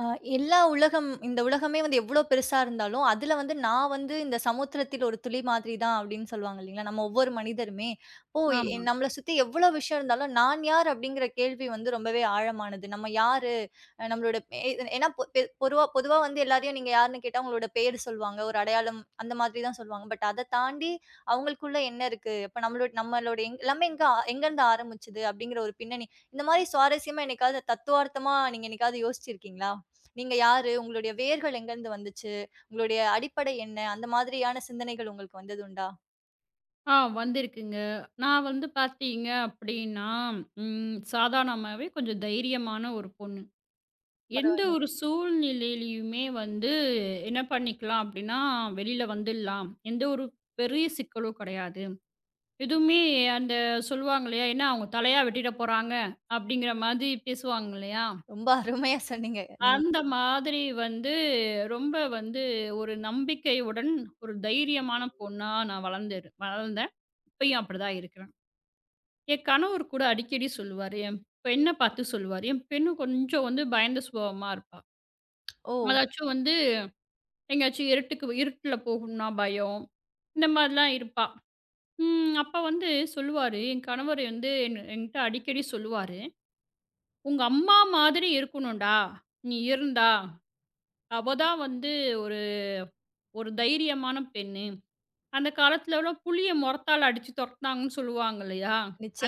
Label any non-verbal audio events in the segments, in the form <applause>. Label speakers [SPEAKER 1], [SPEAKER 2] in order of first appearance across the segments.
[SPEAKER 1] ஆ எல்லா உலகம் இந்த உலகமே வந்து எவ்ளோ பெருசா இருந்தாலும், அதுல வந்து நான் வந்து இந்த சமுத்திரத்தில் ஒரு துளி மாதிரி தான் அப்படின்னு சொல்லுவாங்க இல்லைங்களா? நம்ம ஒவ்வொரு மனிதருமே, ஓ!
[SPEAKER 2] ஆமா.
[SPEAKER 1] நம்மள சுத்தி எவ்வளோ விஷயம் இருந்தாலும், நான் யார் அப்படிங்கிற கேள்வி வந்து ரொம்பவே ஆழமானது. நம்ம யாரு? அ நம்மளோட எ ஏன்னா பொ பெ பொதுவா பொதுவா வந்து எல்லாரையும் நீங்க யாருன்னு கேட்டா அவங்களோட பேரு சொல்லுவாங்க. ஒரு அடையாளம் அந்த மாதிரி தான் சொல்லுவாங்க. பட் அத தாண்டி அவங்களுக்குள்ள என்ன இருக்கு? அப்ப நம்மளோட நம்மளோட எங் எல்லாமே எங்க எங்கருந்து ஆரம்பிச்சது? அப்படிங்கிற ஒரு பின்னணி. இந்த மாரி சுவாரஸ்யமா என்னைக்காவது தத்துவார்த்தமா நீங்க என்னைக்காவது யோசிச்சிருக்கீங்களா? நீங்க யாரு? உங்களுடைய வேர்கள் எங்கருந்து வந்துச்சு? உங்களுடைய அடிப்படை என்ன? அந்த மாதிரியான சிந்தனைகள் உங்களுக்கு வந்ததுண்டா?
[SPEAKER 2] ஆ வந்திருக்குங்க. நான் வந்து பார்த்தீங்க அப்டின்னா, ம் சாதாரணமாவே கொஞ்சம் தைரியமான ஒரு பொண்ணு. எந்த
[SPEAKER 1] பரவால்ல.
[SPEAKER 2] ஒரு சூழ்நிலையிலயுமே வந்து என்ன பண்ணிக்கலாம் அப்டின்னா, வெளில வந்துடலாம். எந்த ஒரு பெரிய சிக்கலும் கெடையாது. எதுவுமே அந்த சொல்லுவாங்க இல்லையா, "என்ன அவங்க தலையா வெட்டிட போறாங்க" அப்டிங்கிற மாதிரி பேசுவாங்க இல்லையா,
[SPEAKER 1] ரொம்ப அருமையா சொன்னீங்க. நீங்
[SPEAKER 2] அந்த மாதிரி வந்து ரொம்ப வந்து ஒரு நம்பிக்கையுடன் ஒரு தைரியமான பொண்ணா நான் வளர்ந்தேன். இப்பயும் அப்டிதான் இருக்கிறேன். என் கணவர் கூட அடிக்கடி சொல்லுவாரு. என் பெண்ண பார்த்து சொல்லுவாரு. என் பெண்ணு கொஞ்சம் வந்து பயந்த சுபாவமா இருப்பா.
[SPEAKER 1] ஓ!
[SPEAKER 2] அதாச்சும் வந்து எங்கேயாச்சும் இருட்டுக்கு இருட்டுல போகணும்னா பயம். இந்த மாதிரிலாம் இருப்பா. ம். அப்ப வந்து சொல்லுவாரு. என் கணவர் வந்து என்கிட்ட அடிக்கடி சொல்லுவாரு. "உங்க அம்மா மாதிரி இருக்கணும்டா. நீ இருந்தா. அவ தான் வந்து ஒரு ஒரு தைரியமான பெண்ணு. அந்த காலத்துலலாம் புலிய மொறத்தால அடிச்சு தொரத்துனாங்கன்னு சொல்லுவாங்க இல்லையா?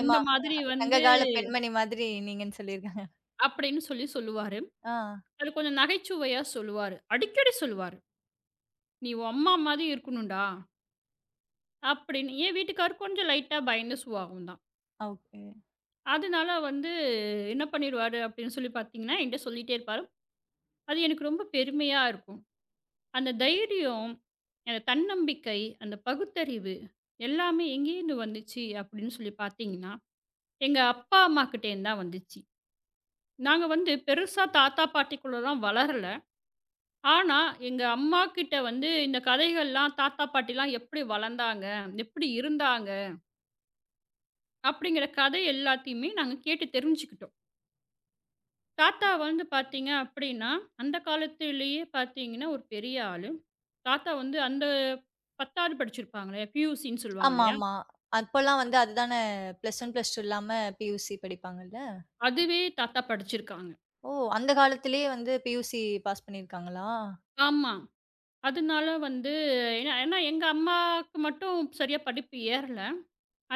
[SPEAKER 2] அந்த மாதிரி வந்து"
[SPEAKER 1] சங்ககால பெண்மணி மாதிரி நீங்கன்னு சொல்லியிருக்காங்க.
[SPEAKER 2] அப்படின்னு சொல்லி சொல்லுவாரு.
[SPEAKER 1] ஆ.
[SPEAKER 2] அது கொஞ்சம் நகைச்சுவையா சொல்லுவாரு. அடிக்கடி சொல்லுவாரு. "நீ உன் அம்மா மாதிரி இருக்கணும்டா" அப்படின்னு. என் வீட்டுக்காரு கொஞ்சம் லைட்டா பயந்த சுபாவம் தான்.
[SPEAKER 1] ஓகே.
[SPEAKER 2] அதனால வந்து என்ன பண்ணிருவாரு அப்படின்னு சொல்லி பார்த்தீங்கன்னா, என்கிட்ட சொல்லிட்டே இருப்பாரு. அது எனக்கு ரொம்ப பெருமையா இருக்கும். அந்த தைரியம், அந்த தன்னம்பிக்கை, அந்த பகுத்தறிவு எல்லாமே எங்கேருந்து வந்துச்சு அப்படின்னு சொல்லி பார்த்தீங்கன்னா, எங்க அப்பா, அம்மாகிட்டேருந்து தான் வந்துச்சு. நாங்க வந்து பெருசா தாத்தா, பாட்டிக்குள்ள தான் வளரல. ஆனா, எங்க அம்மாகிட்ட வந்து இந்த கதைகள்லாம் தாத்தா, பாட்டிலாம் எப்படி வளர்ந்தாங்க? எப்படி இருந்தாங்க? அப்படிங்கிற கதை எல்லாத்தையுமே நாங்க கேட்டு தெரிஞ்சுக்கிட்டோம். தாத்தா வந்து பார்த்தீங்க அப்படின்னா, அந்த காலத்திலேயே பார்த்தீங்கன்னா, ஒரு பெரிய ஆளு. தாத்தா வந்து அந்த 10வது படிச்சிருப்பாங்களே, பியூசின்னு சொல்லுவாங்க இல்லையா?
[SPEAKER 1] ஆமாமா. அப்பலாம் வந்து அதுதானே பிளஸ் 1, பிளஸ் 2 இல்லாம பியூசி படிப்பாங்கல்ல?
[SPEAKER 2] அதுவே தாத்தா படிச்சிருக்காங்க.
[SPEAKER 1] ஓ! அந்த காலத்திலேயே வந்து பியூசி பாஸ் பண்ணியிருக்காங்களா?
[SPEAKER 2] ஆமா. அதனால வந்து ஏன்னா ஏன்னா எங்க அம்மாவுக்கு மட்டும் சரியா படிப்பு ஏறல.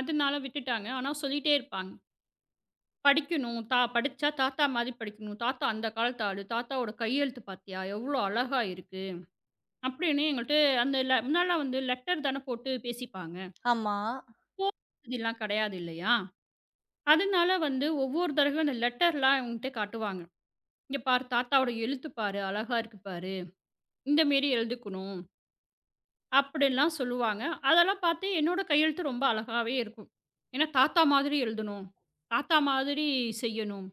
[SPEAKER 2] அதனால விட்டுட்டாங்க. ஆனா சொல்லிட்டே இருப்பாங்க. படிக்கணும். படிச்சா தாத்தா மாதிரி படிக்கணும். தாத்தா அந்த காலத்து ஆளு. தாத்தாவோட கையெழுத்து பார்த்தியா? எவ்வளோ அழகா இருக்கு. அப்படின்னு எங்கள்ட்ட அந்த முன்னாடிலாம் வந்து லெட்டர் தானே போட்டு பேசிப்பாங்க.
[SPEAKER 1] ஆமா.
[SPEAKER 2] இதெல்லாம் கிடையாது இல்லையா? அதனால வந்து ஒவ்வொரு தடவையும் அந்த லெட்டர்லாம் என்கிட்ட காட்டுவாங்க. "இங்க பாரு தாத்தாவோட எழுத்து பாரு. அழகா இருக்கு பாரு. இந்த மாரி எழுதுக்கணும்." அப்படிலாம் சொல்லுவாங்க. அதெல்லாம் பார்த்து என்னோட கையெழுத்து ரொம்ப அழகாவே இருக்கும். ஏன்னா தாத்தா மாதிரி எழுதணும். தாத்தா மாதிரி செய்யணும்.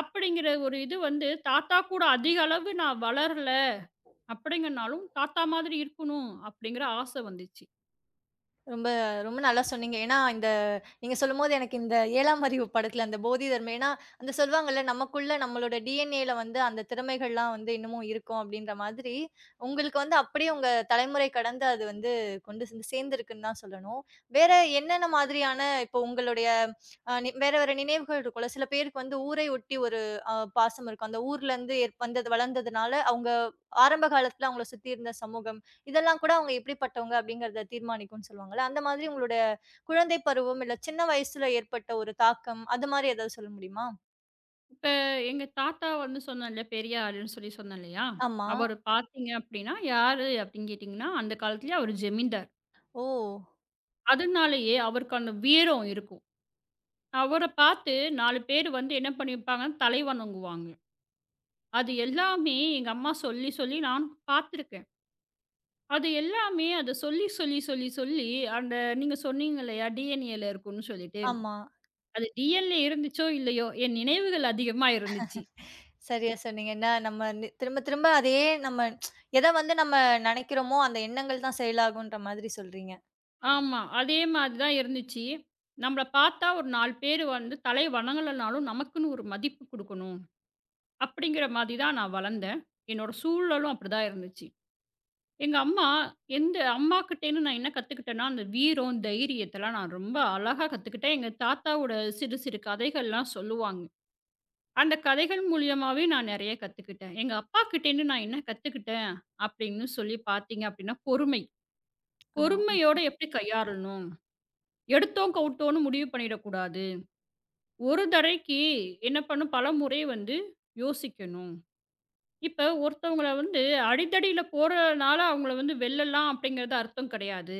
[SPEAKER 2] அப்படிங்கிற ஒரு இது வந்து தாத்தா கூட அதிக அளவு நான் வளரல அப்படிங்கனாலும் தாத்தா மாதிரி இருக்கணும் அப்படிங்கிற ஆசை வந்துச்சு.
[SPEAKER 1] ரொம்ப ரொம்ப நல்லா சொன்னீங்க. ஏன்னா, இந்த நீங்க சொல்லும்போது எனக்கு இந்த 7ஆம் அறிவு படத்துல அந்த போதிதர்ம ஏன்னா, அந்த சொல்லுவாங்கல்ல, நமக்குள்ள நம்மளோட டிஎன்ஏல வந்து அந்த திறமைகள்லாம் வந்து இன்னமும் இருக்கும் அப்டின்ற மாதிரி, உங்களுக்கு வந்து அப்படியே உங்க தலைமுறை கடந்து அது வந்து கொண்டு வந்து சேர்ந்திருக்குன்னு தான் சொல்லணும். வேற என்னென்ன மாதிரியான இப்போ உங்களுடைய அ நி வேற வேற நினைவுகள் இருக்கும்ல, சில பேருக்கு வந்து ஊரை ஒட்டி ஒரு பாசம் இருக்கும். அந்த ஊர்லருந்து வந்தது வளர்ந்ததுனால, அவங்க ஆரம்ப காலத்துல அவங்கள சுத்தி இருந்த சமூகம் இதெல்லாம் கூட அவங்க எப்படிப்பட்டவங்க அப்படிங்கிறத தீர்மானிக்கும்னு சொல்லுவாங்கல்ல. அந்த மாதிரி உங்களோட குழந்தை பருவம், இல்ல சின்ன வயசுல ஏற்பட்ட ஒரு தாக்கம், அது மாரி ஏதாவது சொல்ல முடியுமா?
[SPEAKER 2] இப்ப எங்க தாத்தா வந்து சொன்னேன்ல பெரியாருன்னு சொல்லி சொன்னேன் இல்லையா?
[SPEAKER 1] ஆமா.
[SPEAKER 2] அவரு பார்த்தீங்க அப்படின்னா, யாரு அப்படின்னு கேட்டீங்கன்னா, அந்த காலத்திலேயே அவரு ஜமீன்தார்.
[SPEAKER 1] ஓ!
[SPEAKER 2] அதனாலேயே அவருக்கு அந்த வீரம் இருக்கும். அவர பார்த்து 4 பேர் வந்து என்ன பண்ணியிருப்பாங்கன்னா, தலை வணங்குவாங்க. அது எல்லாமே எங்க அம்மா சொல்லி, சொல்லி நானும் பார்த்துருக்கேன். அது எல்லாமே அத சொல்லி, சொல்லி, சொல்லி, சொல்லி அந்த நீங்க சொன்னீங்க இல்லையா? டிஎன்ஏல இருக்கும்ன்னு சொல்லிட்டு.
[SPEAKER 1] ஆமா.
[SPEAKER 2] அது டிஎன்ல இருந்துச்சோ! இல்லையோ! என் நினைவுகள் அதிகமா இருந்துச்சு.
[SPEAKER 1] சரியா சொன்னீங்க. ஏன்னா நம்ம திரும்ப திரும்ப அதையே நம்ம வந்து நம்ம நெனைக்கிறோமோ, அந்த எண்ணங்கள் தான் செயலாகுன்ற மாதிரி சொல்றீங்க.
[SPEAKER 2] ஆமா. அதே மாதிரி தான் இருந்துச்சு. நம்மள பார்த்தா ஒரு 4 பேரு வந்து தலை வணங்கலனாலும், நமக்குன்னு ஒரு மதிப்பு குடுக்கணும். அப்படிங்கிற மாதிரி தான் நான் வளர்ந்தேன். என்னோட சூழலும் அப்படிதான் இருந்துச்சு. எங்க அம்மா எந்த அம்மாகிட்டேருந்து நான் என்ன கத்துக்கிட்டேன்னா, அந்த வீரம், தைரியத்தலாம் நான் ரொம்ப அழகா கத்துக்கிட்டேன். எங்க தாத்தாவோட சிறு சிறு கதைகள்லாம் சொல்லுவாங்க. அந்த கதைகள் மூலியமாவே நான் நெறைய கத்துக்கிட்டேன். எங்க அப்பாகிட்டேருந்து நான் என்ன கத்துக்கிட்டேன் அப்படின்னு சொல்லி பார்த்தீங்க அப்படின்னா, பொறுமை.
[SPEAKER 1] ஆ.
[SPEAKER 2] பொறுமையோட எப்படி கையாளணும்? எடுத்தோம், கவுத்தோம்ன்னு முடிவு பண்ணிடக்கூடாது. ஒரு தடவைக்கு என்ன பண்ணும்? பலமுறை வந்து யோசிக்கணும். இப்ப ஒருத்தவங்கள வந்து அடிதடியில போறனால அவங்கள வந்து வெல்லலாம் அப்படிங்கிறது அர்த்தம் கிடையாது.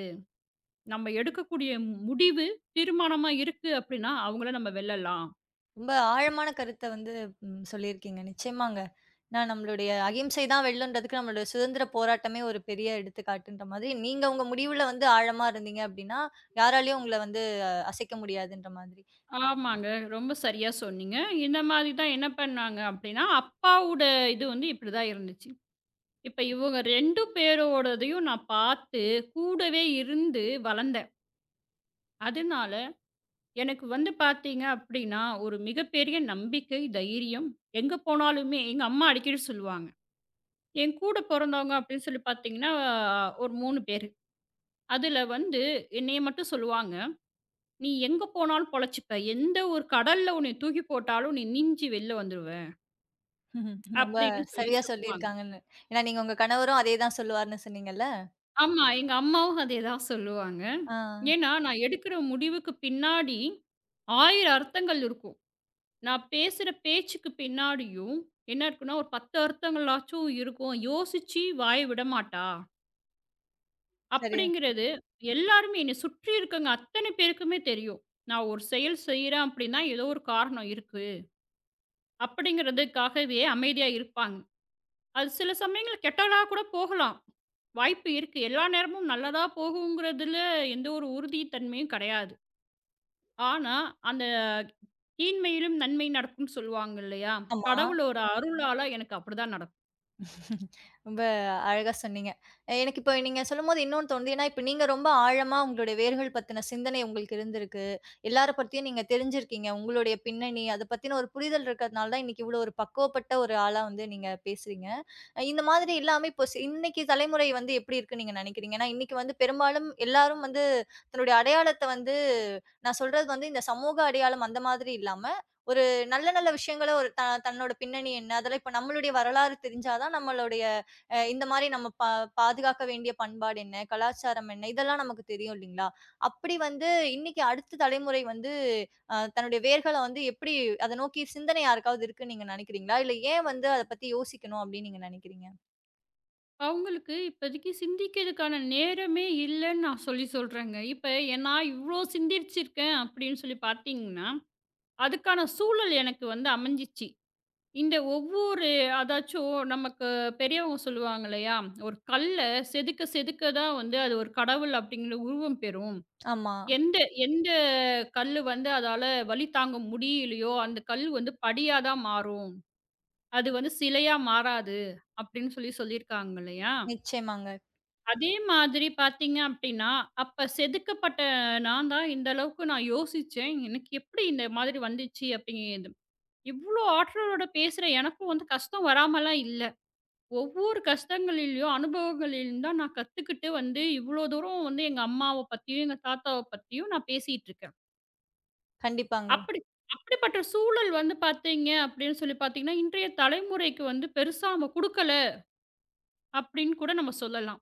[SPEAKER 2] நம்ம எடுக்கக்கூடிய முடிவு தீர்மானமா இருக்கு அப்படின்னா, அவங்கள நம்ம வெல்லலாம்.
[SPEAKER 1] ரொம்ப ஆழமான கருத்த வந்து சொல்லியிருக்கீங்க. நிச்சயமாங்க. ஏன்னா நம்மளுடைய அகிம்சை தான் வெல்லுன்றதுக்கு நம்மளுடைய சுதந்திர போராட்டமே ஒரு பெரிய எடுத்துக்காட்டுன்ற மாதிரி, நீங்க உங்க முடிவுல வந்து ஆழமா இருந்தீங்க அப்டின்னா, யாராலயும் உங்கள வந்து அசைக்க முடியாதுன்ற மாதிரி.
[SPEAKER 2] ஆமாங்க. ரொம்ப சரியா சொன்னீங்க. இந்த மாதிரி தான் என்ன பண்ணாங்க அப்டின்னா, அப்பாவோட இது வந்து இப்டிதான் இருந்துச்சு. இப்ப இவங்க 2 பேரோடதையும் நான் பார்த்து, கூடவே இருந்து வளர்ந்தேன். அதனால எனக்கு வந்து பார்த்தீங்க அப்டின்னா, ஒரு மிகப்பெரிய நம்பிக்கை, தைரியம். எங்க போனாலுமே எங்க அம்மா அடிக்கடி சொல்லுவாங்க. என் கூட பொறந்தவங்க அப்டின்னு சொல்லி பார்த்தீங்கன்னா, ஒரு 3 பேரு. அதுல வந்து என்னைய மட்டும் சொல்லுவாங்க. "நீ எங்க போனாலும் பொழச்சுப்ப. எந்த ஒரு கடல்ல உன்னைய தூக்கி போட்டாலும், நீ நீந்தி வெளில வந்துருவ."
[SPEAKER 1] <laughs> ம்ஹும். ரொம்ப
[SPEAKER 2] அப்படின்னு சொல்லி
[SPEAKER 1] சரியா
[SPEAKER 2] சொல்லுவாங்க.
[SPEAKER 1] சொல்லியிருக்காங்கன்னு. ஏன்னா நீங்க உங்க கணவரும் அதே தான் சொல்லுவார்ன்னு சொன்னீங்கல்ல?
[SPEAKER 2] ஆமா. எங்க அம்மாவும் அதேதான் சொல்லுவாங்க.
[SPEAKER 1] ஆ
[SPEAKER 2] ஏன்னா, நான் எடுக்கிற முடிவுக்கு பின்னாடி 1000 அர்த்தங்கள் இருக்கும். நான் பேசுற பேச்சுக்கு பின்னாடியும் என்ன இருக்குன்னா, ஒரு 10 அர்த்தங்களாச்சும் இருக்கும். யோசிச்சு வாய விடமாட்டா,
[SPEAKER 1] சரி.
[SPEAKER 2] அப்படிங்கிறது எல்லாருமே என்னை சுற்றி இருக்கங்க அத்தனை பேருக்குமே தெரியும். நான் ஒரு செயல் செய்றேன் அப்படின்னா, ஏதோ ஒரு காரணம் இருக்கு. அப்படிங்கிறதுக்காகவே அமைதியா இருப்பாங்க. அது சில சமயங்கள்ல கெட்டவளா கூட போகலாம். வாய்ப்பு இருக்கு. எல்லா நேரமும் நல்லதா போகுங்கிறதுல எந்த ஒரு உறுதித்தன்மையும் கெடையாது. ஆனா, அந்த தீன்மையிலும் நன்மை நடக்கும்னு சொல்லுவாங்க இல்லையா?
[SPEAKER 1] ஆமா.
[SPEAKER 2] கடவுளோட அருளால எனக்கு அப்படிதான் நடக்கும்.
[SPEAKER 1] ரொம்ப அழகா சொன்னீங்க. எனக்கு இப்ப நீங்க சொல்லும்போது இன்னொன்னு தோணுது. ஏன்னா, இப்ப நீங்க ரொம்ப ஆழமா உங்களுடைய வேர்கள் பத்தின சிந்தனை உங்களுக்கு இருந்திருக்கு. எல்லார பத்தியும் நீங்க தெரிஞ்சிருக்கீங்க. உங்களுடைய பின்னணி, அத பத்தின ஒரு புரிதல் இருக்கிறதுனால தான் இன்னைக்கு இவ்வளோ ஒரு பக்குவப்பட்ட ஒரு ஆளா வந்து நீங்க பேசுறீங்க. இந்த மாதிரி இல்லாம இப்போ இன்னைக்கு தலைமுறை வந்து எப்படி இருக்குன்னு நீங்க நினைக்கிறீங்க? ஏன்னா, இன்னைக்கு வந்து பெரும்பாலும் எல்லாரும் வந்து தன்னுடைய அடையாளத்த வந்து நான் சொல்றது வந்து இந்த சமூக அடையாளம் அந்த மாதிரி இல்லாம, ஒரு நல்ல நல்ல விஷயங்கள ஒரு தன்னோட பின்னணி என்ன? அதெல்லாம் இப்ப நம்மளுடைய வரலாறு தெரிஞ்சா தான் நம்மளுடைய இந்த மாரி நம்ம பாதுகாக்க வேண்டிய பண்பாடு என்ன? கலாச்சாரம் என்ன? இதெல்லாம் நமக்கு தெரியும் இல்லீங்களா? அப்படி வந்து இன்னைக்கு அடுத்த தலைமுறை வந்து தன்னுடைய வேர்கள வந்து எப்படி அத நோக்கி சிந்தனை யாருக்காவது இருக்குன்னு நீங்க நெனைக்கிறீங்களா? இல்ல ஏன் வந்து அத பத்தி யோசிக்கணும் அப்படின்னு நீங்க நெனைக்கிறீங்க?
[SPEAKER 2] அவங்களுக்கு இப்போதைக்கு சிந்திக்கிறதுக்கான நேரமே இல்லன்னு நான் சொல்லி சொல்றேங்க. இப்ப நான் இவ்ளோ சிந்திச்சிருக்கேன் அப்படின்னு சொல்லி பார்த்தீங்கன்னா, அதுக்கான சூழல் எனக்கு வந்து அமைஞ்சிச்சு. இந்த ஒவ்வொரு அதாச்சும் நமக்கு பெரியவங்க சொல்லுவாங்க இல்லையா? "ஒரு கல்ல செதுக்க செதுக்க தான் வந்து அது ஒரு கடவுள் அப்படிங்கிற உருவம் பெறும்.
[SPEAKER 1] ஆமா.
[SPEAKER 2] எந்த எந்த கல்லு வந்து அதால வலி தாங்க முடியலையோ, அந்த கல் வந்து படியா தான் மாறும். அது வந்து சிலையா மாறாது." அப்படின்னு சொல்லி சொல்லியிருக்காங்க இல்லையா?
[SPEAKER 1] நிச்சயமாங்க.
[SPEAKER 2] அதே மாதிரி பார்த்தீங்க அப்படின்னா, அப்ப செதுக்கப்பட்ட நான் தான் இந்த அளவுக்கு நான் யோசிச்சேன். எனக்கு எப்படி இந்த மாதிரி வந்துச்சு அப்படிங்கிறது. இவ்ளோ ஆற்றலோட பேசுற எனக்கும் வந்து கஷ்டம் வராமலாம் இல்ல. ஒவ்வொரு கஷ்டங்களிலயும், அனுபவங்களிலும் தான் நான் கத்துக்கிட்டு வந்து, இவ்ளோ தூரம் வந்து எங்க அம்மாவ பத்தியும், எங்க தாத்தாவ பத்தியும் நான் பேசிட்டுருக்கேன்.
[SPEAKER 1] கண்டிப்பாங்க.
[SPEAKER 2] அப்படி அப்படிப்பட்ட சூழல் வந்து பார்த்தீங்க அப்படின்னு சொல்லி பார்த்தீங்கன்னா, இன்றைய தலைமுறைக்கு வந்து பெருசா நம்ம குடுக்கல அப்படின்னு கூட நம்ம சொல்லலாம்.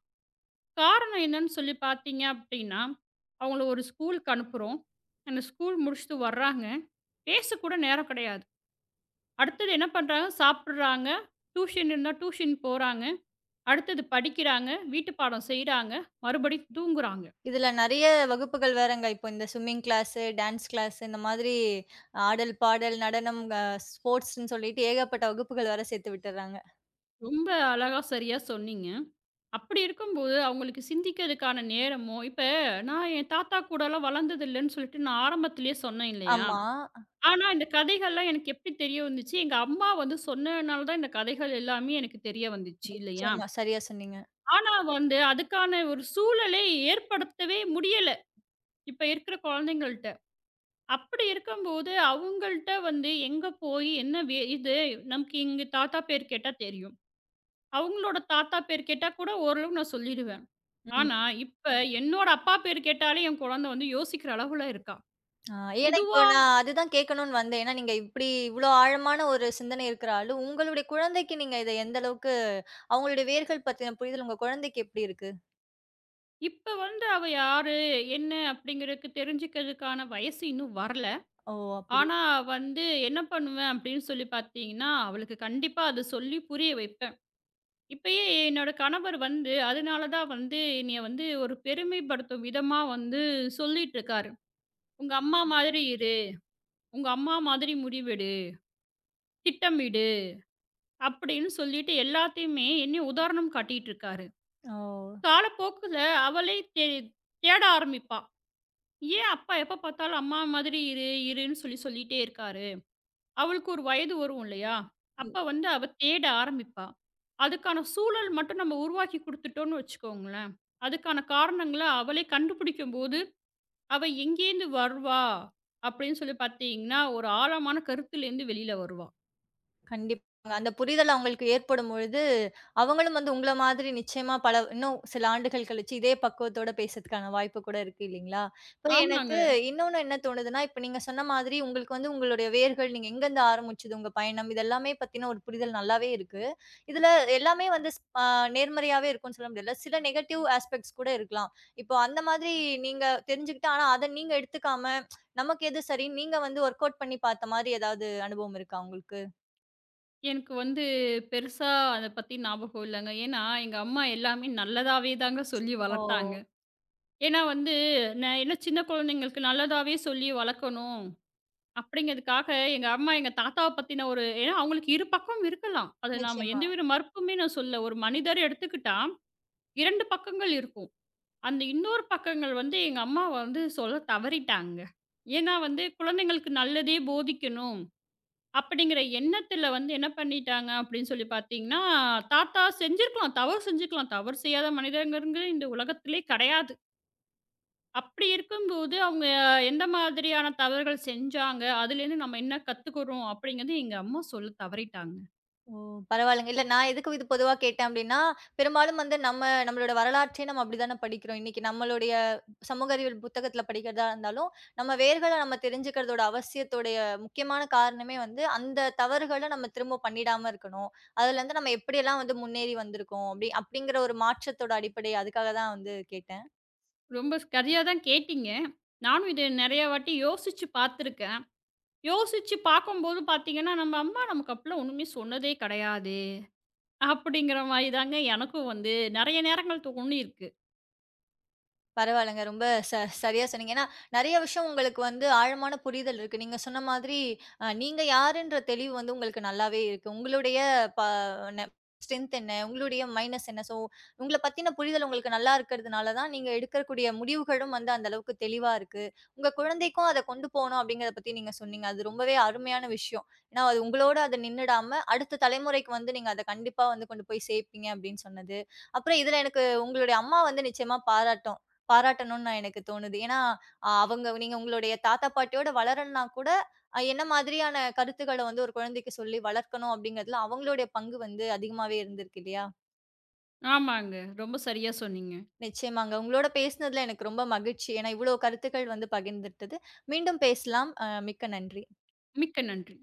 [SPEAKER 2] காரணம் என்னன்னு சொல்லி பார்த்தீங்க அப்படின்னா, அவங்கள ஒரு ஸ்கூலுக்கு அனுப்புறோம். அந்த ஸ்கூல் முடிச்சுட்டு வர்றாங்க. பேசக்கூட நேரம் கிடையாது. அடுத்தது என்ன பண்றாங்க? சாப்பிடுறாங்க. டியூஷன் இருந்தா டியூஷன் போறாங்க. அடுத்தது படிக்கிறாங்க, வீட்டு பாடம் செய்றாங்க, மறுபடியும் தூங்குறாங்க.
[SPEAKER 1] இதுல நெறைய வகுப்புகள் வேறங்க. இப்போ இந்த ஸ்விம்மிங் கிளாஸு, டான்ஸ் கிளாஸ் இந்த மாதிரி ஆடல், பாடல், நடனம், ஸ்போர்ட்ஸ்ன்னு சொல்லிட்டு ஏகப்பட்ட வகுப்புகள் வேற சேர்த்து விட்டுர்றாங்க.
[SPEAKER 2] ரொம்ப அழகா சரியா சொன்னீங்க. அப்படி இருக்கும்போது அவங்களுக்கு சிந்திக்கிறதுக்கான நேரமோ இப்ப நான் என் தாத்தா கூடலாம் வளர்ந்தது இல்லன்னு சொல்லிட்டு நான் ஆரம்பத்திலேயே சொன்னேன் இல்லையா?
[SPEAKER 1] ஆமா.
[SPEAKER 2] ஆனா இந்த கதைகள்லாம் எனக்கு எப்படி தெரிய வந்துச்சு, எங்க அம்மா வந்து சொன்னனால தான் இந்த கதைகள் எல்லாமே எனக்கு தெரிய வந்துச்சு இல்லையா?
[SPEAKER 1] நிச்சயமா. சரியா சொன்னீங்க.
[SPEAKER 2] ஆனா வந்து அதுக்கான ஒரு சூழலை ஏற்படுத்தவே முடியல. இப்ப இருக்கிற குழந்தைங்கள்ட்ட. அப்படி இருக்கும்போது, அவங்கள்ட்ட வந்து எங்க போய் என்ன இது நமக்கு எங்க தாத்தா பேர் கேட்டா தெரியும். அவங்களோட தாத்தா பேர் கேட்டா கூட ஓரளவு நான் சொல்லிடுவேன்.
[SPEAKER 1] ம்.
[SPEAKER 2] ஆனா, இப்ப என்னோட அப்பா பேர் கேட்டாலே என் குழந்தை வந்து யோசிக்கிற அளவுல இருக்கா.
[SPEAKER 1] ஆ ஏன்னா இப்போ
[SPEAKER 2] இதுவா
[SPEAKER 1] நான் அதுதான் கேட்கணும்னு வந்தேன். ஏன்னா நீங்க இப்டி இவ்ளோ ஆழமான ஒரு சிந்தனை இருக்கிற ஆளு. உங்களுடைய குழந்தைக்கு நீங்க இத எந்த அளவுக்கு அவங்களுடைய வேர்கள் பத்தின புரிதல் உங்க குழந்தைக்கு எப்டி இருக்கு?
[SPEAKER 2] இப்ப வந்து அவ யாரு? என்ன? அப்படிங்கிறதுக்கு தெரிஞ்சுக்கிறதுக்கான வயசு இன்னும் வரல.
[SPEAKER 1] ஓ! அப்டி.
[SPEAKER 2] ஆனா வந்து என்ன பண்ணுவேன் அப்படின்னு சொல்லி பார்த்தீங்கன்னா, அவளுக்கு கண்டிப்பா அத சொல்லி புரிய வைப்பேன். இப்பயே என்னோட கணவர் வந்து, அதனால தான் வந்து என்னைய வந்து ஒரு பெருமைப்படுத்தும் விதமா வந்து சொல்லிட்டுருக்காரு. "உங்க அம்மா மாதிரி இரு. உங்க அம்மா மாதிரி முடிவெடு. திட்டமிடு." அப்படின்னு சொல்லிட்டு எல்லாத்தையுமே என்னைய உதாரணம் காட்டிட்டுருக்காரு.
[SPEAKER 1] ஓ!
[SPEAKER 2] காலப்போக்குல அவளே தேட ஆரம்பிப்பா. ஏன் அப்பா எப்ப பார்த்தாலும் அம்மா மாதிரி இரு, இருன்னு சொல்லி சொல்லிட்டே இருக்காரு? அவளுக்கு ஒரு வயது வரும் இல்லையா? அப்ப வந்து அவ தேட ஆரம்பிப்பா. அதுக்கான சூழல் மட்டும் நம்ம உருவாக்கி குடுத்துட்டோம்னு வச்சுக்கோங்களேன், அதுக்கான காரணங்கள அவளே கண்டுபிடிக்கும்போது, அவ எங்கேருந்து வருவா? அப்படின்னு சொல்லி பார்த்தீங்கன்னா, ஒரு ஆழமான கருத்துலேருந்து வெளியில வருவா.
[SPEAKER 1] கண்டிப்பாங்க. அந்த புரிதல் அவங்களுக்கு ஏற்படும் பொழுது, அவங்களும் வந்து உங்கள மாதிரி நிச்சயமா பல இன்னும் சில ஆண்டுகள் கழிச்சு இதே பக்குவத்தோட பேசுறதுக்கான வாய்ப்பு கூட இருக்கு இல்லீங்களா? இப்ப எனக்கு
[SPEAKER 2] ஆமாங்க.
[SPEAKER 1] இன்னொன்னு என்ன தோணுதுன்னா, இப்ப நீங்க சொன்ன மாதிரி உங்களுக்கு வந்து உங்களுடைய வேர்கள் நீங்க எங்கருந்து ஆரம்பிச்சது, உங்க பயணம் இது எல்லாமே பத்தின ஒரு புரிதல் நல்லாவே இருக்கு. இதுல எல்லாமே வந்து ஸ் அ நேர்மறையாவே இருக்கும்னு சொல்ல முடியல. சில நெகட்டிவ் ஆஸ்பெக்ட்ஸ் கூட இருக்கலாம். இப்போ அந்த மாதிரி நீங்க தெரிஞ்சுக்கிட்டு, ஆனா அத நீங்க எடுத்துக்காம, நமக்கு எது சரின்னு நீங்க வந்து வொர்க் அவுட் பண்ணி பார்த்த மாரி ஏதாவது அனுபவம் இருக்கா உங்களுக்கு?
[SPEAKER 2] எனக்கு வந்து பெருசா அத பத்தி ஞாபகம் இல்லங்க. ஏன்னா, எங்க அம்மா எல்லாமே நல்லதாவே தாங்க சொல்லி
[SPEAKER 1] ஓ!
[SPEAKER 2] வளர்த்தாங்க. ஏன்னா வந்து நான் என்ன சின்ன குழந்தைங்களுக்கு நல்லதாவே சொல்லி வளர்க்கணும். அப்படிங்கிறதுக்காக எங்க அம்மா எங்க தாத்தாவ பத்தின ஒரு ஏன்னா அவங்களுக்கு இரு பக்கம் இருக்கலாம். அது நாம
[SPEAKER 1] நிச்சயமா.
[SPEAKER 2] எந்தவித மறுப்புமே நான் சொல்லல. ஒரு மனிதர் எடுத்துக்கிட்டா 2 பக்கங்கள் இருக்கும். அந்த இன்னொரு பக்கங்கள் வந்து எங்க அம்மா வந்து சொல்ல தவறிட்டாங்க. ஏன்னா வந்து குழந்தைங்களுக்கு நல்லதே போதிக்கணும் அப்படிங்கிற எண்ணத்துல வந்து என்ன பண்ணிட்டாங்க அப்படின்னு சொல்லி பார்த்தீங்கன்னா, தாத்தா செஞ்சிருக்கலாம். தவறு செஞ்சிருக்கலாம். தவறு செய்யாத மனிதங்கிறது இந்த உலகத்திலே கிடையாது. அப்படி இருக்கும்போது, அவங்க எந்த மாதிரியான தவறுகள் செஞ்சாங்க? அதுலேருந்து நம்ம என்ன கத்துக்கிறோம்? அப்படிங்கிறது எங்க அம்மா சொல்ல தவறிட்டாங்க.
[SPEAKER 1] ஓ! பரவாயில்லங்க. இல்ல நான் எதுக்கு இது பொதுவா கேட்டேன் அப்டின்னா, பெரும்பாலும் வந்து நம்ம நம்மளோட வரலாற்றையே நம்ம அப்டிதானே படிக்கிறோம். இன்னைக்கு நம்மளுடைய சமூக அறிவியல் புத்தகத்தில படிக்கிறதா இருந்தாலும், நம்ம வேர்கள நம்ம தெரிஞ்சுக்கிறதோட அவசியத்தோடைய முக்கியமான காரணமே வந்து, அந்த தவறுகள நம்ம திரும்ப பண்ணிடாம இருக்கணும். அதுலருந்து நம்ம எப்படியெல்லாம் வந்து முன்னேறி வந்திருக்கோம், அப்டி அப்படிங்கிற ஒரு மாற்றத்தோட அடிப்படை அதுக்காக தான் வந்து கேட்டேன்.
[SPEAKER 2] ரொம்ப சரியா தான் கேட்டீங்க. நானும் இத நெறைய வாட்டி யோசிச்சு பார்த்துருக்கேன். யோசிச்சு பார்க்கும்போது பார்த்தீங்கன்னா, நம்ம அம்மா நமக்கு அப்பலாம் ஒண்ணுமே சொன்னதே கிடையாது. அப்படிங்கிற மாரி தாங்க எனக்கும் வந்து நெறைய நேரங்கள் தோணியிருக்கு.
[SPEAKER 1] பரவால்லங்க. ரொம்ப ச சரியா சொன்னீங்க. ஏன்னா, நெறைய விஷயம் உங்களுக்கு வந்து ஆழமான புரிதல் இருக்கு. நீங்க சொன்ன மாதிரி நீங்க யாருன்ற தெளிவு வந்து உங்களுக்கு நல்லாவே இருக்கு. உங்களுடைய ப ந ஸ்ட்ரென்த் என்ன? உங்களுடைய மைனஸ் என்ன? ஸோ, உங்கள பத்தின புரிதல் உங்களுக்கு நல்லா இருக்கிறதுனால தான், நீங்க எடுக்கக்கூடிய முடிவுகளும் வந்து அந்த அளவுக்கு தெளிவா இருக்கு. உங்க குழந்தைக்கும் அத கொண்டு போணும் அப்படிங்கிறத பத்தி நீங்க சொன்னீங்க. அது ரொம்பவே அருமையான விஷயம். ஏன்னா, அது உங்களோட அது நின்னுடாம, அடுத்த தலைமுறைக்கு வந்து நீங்க அத கண்டிப்பா வந்து கொண்டு போய் சேர்ப்பீங்க அப்படின்னு சொன்னது. அப்புறம் இதுல எனக்கு உங்களுடைய அம்மா வந்து நிச்சயமா பாராட்டும். பாராட்டணும்னு நான் எனக்கு தோணுது. ஏன்னா, அவங்க நீங்க உங்களுடைய தாத்தா, பாட்டியோட வளரலனா கூட, என்ன மாதிரியான கருத்துக்கள வந்து ஒரு குழந்தைக்கு சொல்லி வளர்க்கணும் அப்படிங்கிறதுல அவங்களுடைய பங்கு வந்து அதிகமாவே இருந்திருக்கு இல்லையா?
[SPEAKER 2] ஆமாங்க. ரொம்ப சரியா சொன்னீங்க.
[SPEAKER 1] நிச்சயமாங்க. உங்களோட பேசினதுல எனக்கு ரொம்ப மகிழ்ச்சி. ஏன்னா, இவ்வளோ கருத்துக்கள் வந்து பகிர்ந்துட்டது. மீண்டும் பேசலாம். மிக்க நன்றி.
[SPEAKER 2] மிக்க நன்றி.